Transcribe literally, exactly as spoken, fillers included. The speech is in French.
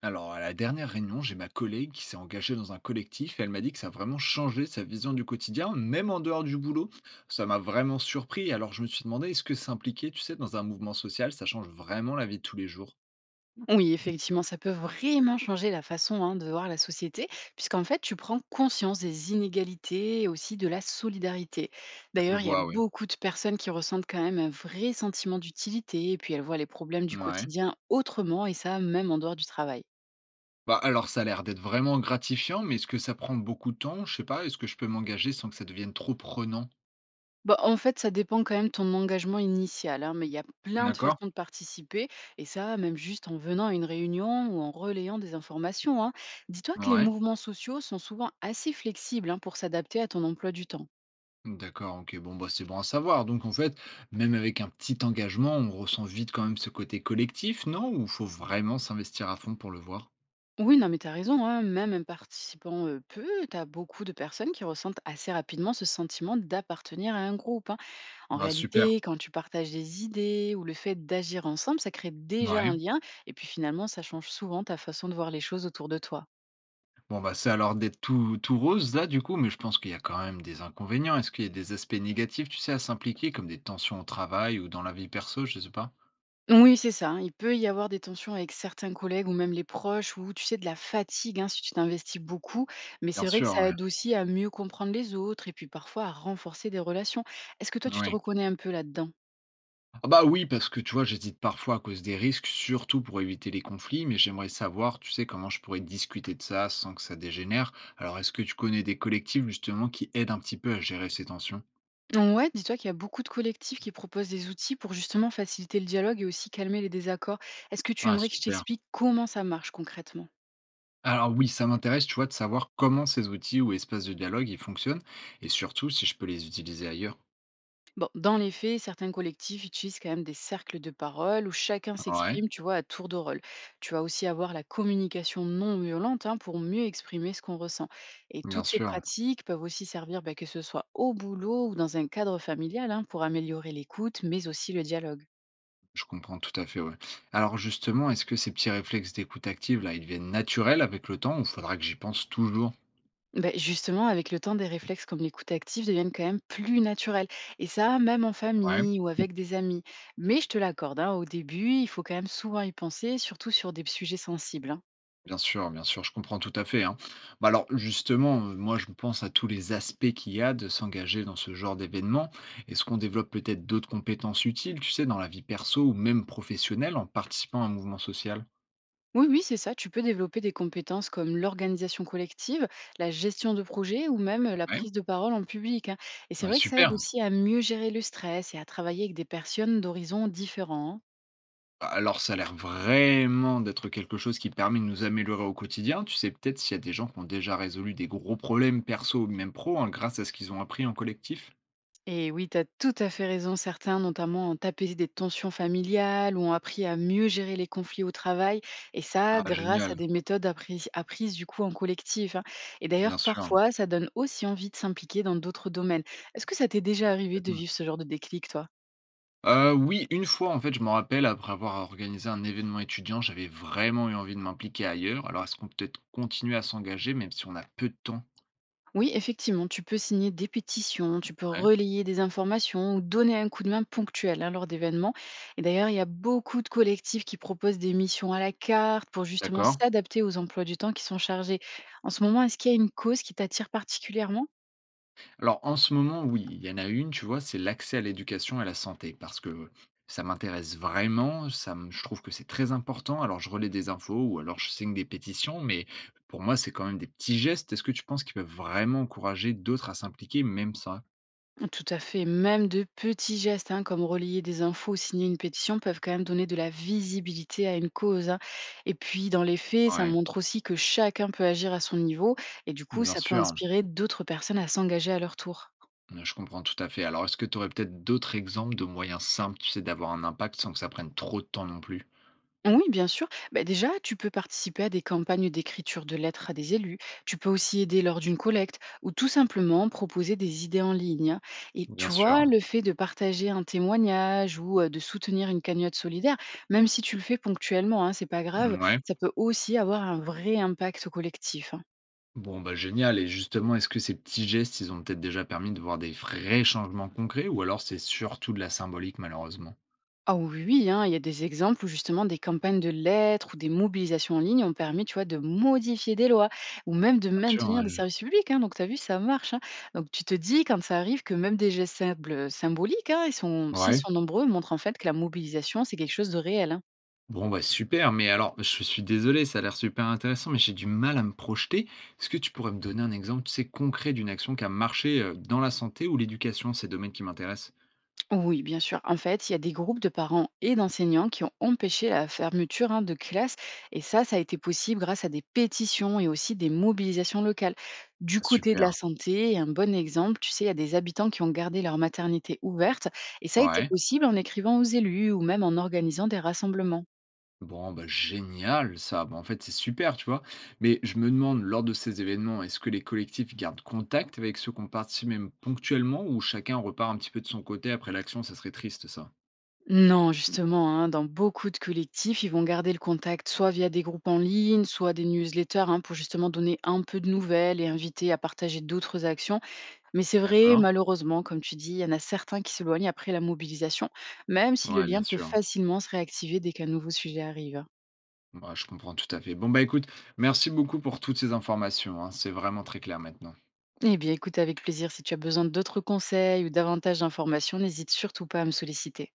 Alors, à la dernière réunion, j'ai ma collègue qui s'est engagée dans un collectif et elle m'a dit que ça a vraiment changé sa vision du quotidien, même en dehors du boulot. Ça m'a vraiment surpris. Alors, je me suis demandé, est-ce que s'impliquer, tu sais, dans un mouvement social, ça change vraiment la vie de tous les jours? Oui, effectivement, ça peut vraiment changer la façon hein, de voir la société, puisqu'en fait, tu prends conscience des inégalités et aussi de la solidarité. Je D'ailleurs, il y a vois, oui. beaucoup de personnes qui ressentent quand même un vrai sentiment d'utilité, et puis elles voient les problèmes du Ouais. quotidien autrement, et ça, même en dehors du travail. Bah, alors, ça a l'air d'être vraiment gratifiant, mais est-ce que ça prend beaucoup de temps? Je sais pas, est-ce que je peux m'engager sans que ça devienne trop prenant? Bah, en fait, ça dépend quand même de ton engagement initial, hein, mais il y a plein de D'accord? façons de participer, et ça, même juste en venant à une réunion ou en relayant des informations. Hein. Dis-toi que les Ouais. mouvements sociaux sont souvent assez flexibles hein, pour s'adapter à ton emploi du temps. D'accord, OK. Bon, bah, c'est bon à savoir. Donc, en fait, même avec un petit engagement, on ressent vite quand même ce côté collectif, non? Ou faut vraiment s'investir à fond pour le voir? Oui, non, mais t'as raison, hein, même un participant euh, peu, t'as beaucoup de personnes qui ressentent assez rapidement ce sentiment d'appartenir à un groupe. Hein. En Ah, super. réalité, quand tu partages des idées ou le fait d'agir ensemble, ça crée déjà Ouais. un lien. Et puis finalement, ça change souvent ta façon de voir les choses autour de toi. Bon, bah, c'est alors d'être tout, tout rose, là, du coup, mais je pense qu'il y a quand même des inconvénients. Est-ce qu'il y a des aspects négatifs, tu sais, à s'impliquer, comme des tensions au travail ou dans la vie perso, je sais pas? Oui, c'est ça. Hein, il peut y avoir des tensions avec certains collègues ou même les proches ou tu sais de la fatigue hein, si tu t'investis beaucoup. Mais Bien c'est vrai que sûr, ça ouais. aide aussi à mieux comprendre les autres et puis parfois à renforcer des relations. Est-ce que toi, tu te Oui. reconnais un peu là-dedans? Ah bah oui, parce que tu vois, j'hésite parfois à cause des risques, surtout pour éviter les conflits, mais j'aimerais savoir, tu sais, comment je pourrais discuter de ça sans que ça dégénère. Alors, est-ce que tu connais des collectifs justement qui aident un petit peu à gérer ces tensions? Ouais, dis-toi qu'il y a beaucoup de collectifs qui proposent des outils pour justement faciliter le dialogue et aussi calmer les désaccords. Est-ce que tu Ah, aimerais que je super. t'explique comment ça marche concrètement? Alors oui, ça m'intéresse, tu vois, de savoir comment ces outils ou espaces de dialogue, ils fonctionnent, et surtout si je peux les utiliser ailleurs. Bon, dans les faits, certains collectifs utilisent quand même des cercles de parole où chacun Ouais, s'exprime, tu vois, à tour de rôle. Tu vas aussi avoir la communication non violente hein, pour mieux exprimer ce qu'on ressent. Et bien toutes ces sûr, pratiques peuvent aussi servir, bah, que ce soit au boulot ou dans un cadre familial, hein, pour améliorer l'écoute, mais aussi le dialogue. je comprends tout à fait, ouais. Alors justement, est-ce que ces petits réflexes d'écoute active, là, ils deviennent naturels avec le temps ou faudra que j'y pense toujours? Beh, justement, avec le temps, des réflexes comme l'écoute active deviennent quand même plus naturels. Et ça, même en Ouais. famille ou avec des amis. Mais je te l'accorde, hein, au début, il faut quand même souvent y penser, surtout sur des sujets sensibles. Hein. Bien sûr, bien sûr, je comprends tout à fait, hein. Bah, alors justement, heu, moi je pense à tous les aspects qu'il y a de s'engager dans ce genre d'événement. Est-ce qu'on développe peut-être d'autres compétences utiles, tu sais, dans la vie perso ou même professionnelle en participant à un mouvement social? Oui, oui, c'est ça. Tu peux développer des compétences comme l'organisation collective, la gestion de projet ou même la Ouais? prise de parole en public. Hein. Et c'est Ouais, vrai que ça super. aide aussi à mieux gérer le stress et à travailler avec des personnes d'horizons différents. Hein. Bah, alors ça a l'air vraiment d'être quelque chose qui permet de nous améliorer au quotidien. Tu sais peut-être s'il y a des gens qui ont déjà résolu des gros problèmes perso ou même pro, hein, grâce à ce qu'ils ont appris en collectif? Et oui, tu as tout à fait raison. Certains, notamment, ont apaisé des tensions familiales ou ont appris à mieux gérer les conflits au travail. Et ça, Ah grâce à génial, des méthodes appris- apprises du coup en collectif. Hein. Et bien d'ailleurs, sûr, parfois, ça donne aussi envie de s'impliquer dans d'autres domaines. Est-ce que ça t'est déjà arrivé de vivre ce genre de déclic, toi? Heu, oui, une fois, en fait, je m'en rappelle, après avoir organisé un événement étudiant, j'avais vraiment eu envie de m'impliquer ailleurs. Alors, est-ce qu'on peut peut-être continuer à s'engager même si on a peu de temps? Oui, effectivement, tu peux signer des pétitions, tu peux Ouais, relayer des informations ou donner un coup de main ponctuel hein, lors d'événements. Et d'ailleurs, il y a beaucoup de collectifs qui proposent des missions à la carte pour justement d'accord. s'adapter aux emplois du temps qui sont chargés. En ce moment, est-ce qu'il y a une cause qui t'attire particulièrement? Alors, en ce moment, oui, il y en a une, tu vois, c'est l'accès à l'éducation et à la santé parce que ça m'intéresse vraiment, ça me je trouve que c'est très important. Alors, je relais des infos ou alors je signe des pétitions, mais pour moi, c'est quand même des petits gestes. Est-ce que tu penses qu'ils peuvent vraiment encourager d'autres à s'impliquer, même ça? Tout à fait, même de petits gestes hein, comme relayer des infos ou signer une pétition peuvent quand même donner de la visibilité à une cause. Hein. Et puis, dans les faits, ça Ouais, montre aussi que chacun peut agir à son niveau et du coup, bien ça peut sûr. inspirer d'autres personnes à s'engager à leur tour. Je comprends tout à fait. Alors, est-ce que tu aurais peut-être d'autres exemples de moyens simples, tu sais, d'avoir un impact sans que ça prenne trop de temps non plus? Oui, bien sûr. Bah, déjà, tu peux participer à des campagnes d'écriture de lettres à des élus. Tu peux aussi aider lors d'une collecte ou tout simplement proposer des idées en ligne. Hein. Et Bien tu vois, sûr. le fait de partager un témoignage ou euh, de soutenir une cagnotte solidaire, même si tu le fais ponctuellement, hein, c'est pas grave, Ouais. ça peut aussi avoir un vrai impact collectif. Hein. Bon, bah, génial et justement, est-ce que ces petits gestes, ils ont peut-être déjà permis de voir des vrais changements concrets ou alors c'est surtout de la symbolique malheureusement? Ah oui, oui, hein, il y a des exemples où justement des campagnes de lettres ou des mobilisations en ligne ont permis, tu vois, de modifier des lois ou même de Bien sûr, maintenir ouais, des services publics. Hein. Donc, tu as vu, ça marche. Hein. Donc, tu te dis, quand ça arrive, que même des gestes simples, euh, symboliques, hein, ils sont, je s'ils ouais. sont nombreux, montrent en fait que la mobilisation, c'est quelque chose de réel. Hein. Bon, bah, super, mais alors je suis désolé, ça a l'air super intéressant, mais j'ai du mal à me projeter. Est-ce que tu pourrais me donner un exemple, tu sais, concret d'une action qui a marché, heu, dans la santé ou l'éducation? Ces domaines qui m'intéressent. Oui, bien sûr. En fait, il y a des groupes de parents et d'enseignants qui ont empêché la fermeture hein, de classes. Et ça, ça a été possible grâce à des pétitions et aussi des mobilisations locales. Du côté de la Super, santé, un bon exemple, tu sais, il y a des habitants qui ont gardé leur maternité ouverte. Et ça a été ouais. possible en écrivant aux élus ou même en organisant des rassemblements. Bon, bah, génial ça. Bah, en fait, c'est super, tu vois? Mais je me demande, lors de ces événements, est-ce que les collectifs gardent contact avec ceux qui ont participé même ponctuellement ou chacun repart un petit peu de son côté après l'action? Ça serait triste, ça. Non, justement, hein, dans beaucoup de collectifs, ils vont garder le contact soit via des groupes en ligne, soit des newsletters hein, pour justement donner un peu de nouvelles et inviter à partager d'autres actions. Mais c'est vrai, D'accord? malheureusement, comme tu dis, il y en a certains qui s'éloignent après la mobilisation, même si le Ouais, bien lien peut sûr. facilement se réactiver dès qu'un nouveau sujet arrive. Hein. Ouais, je comprends tout à fait. Bon, bah, écoute, merci beaucoup pour toutes ces informations, hein. C'est vraiment très clair maintenant. Eh bien, écoute avec plaisir, si tu as besoin d'autres conseils ou davantage d'informations, n'hésite surtout pas à me solliciter.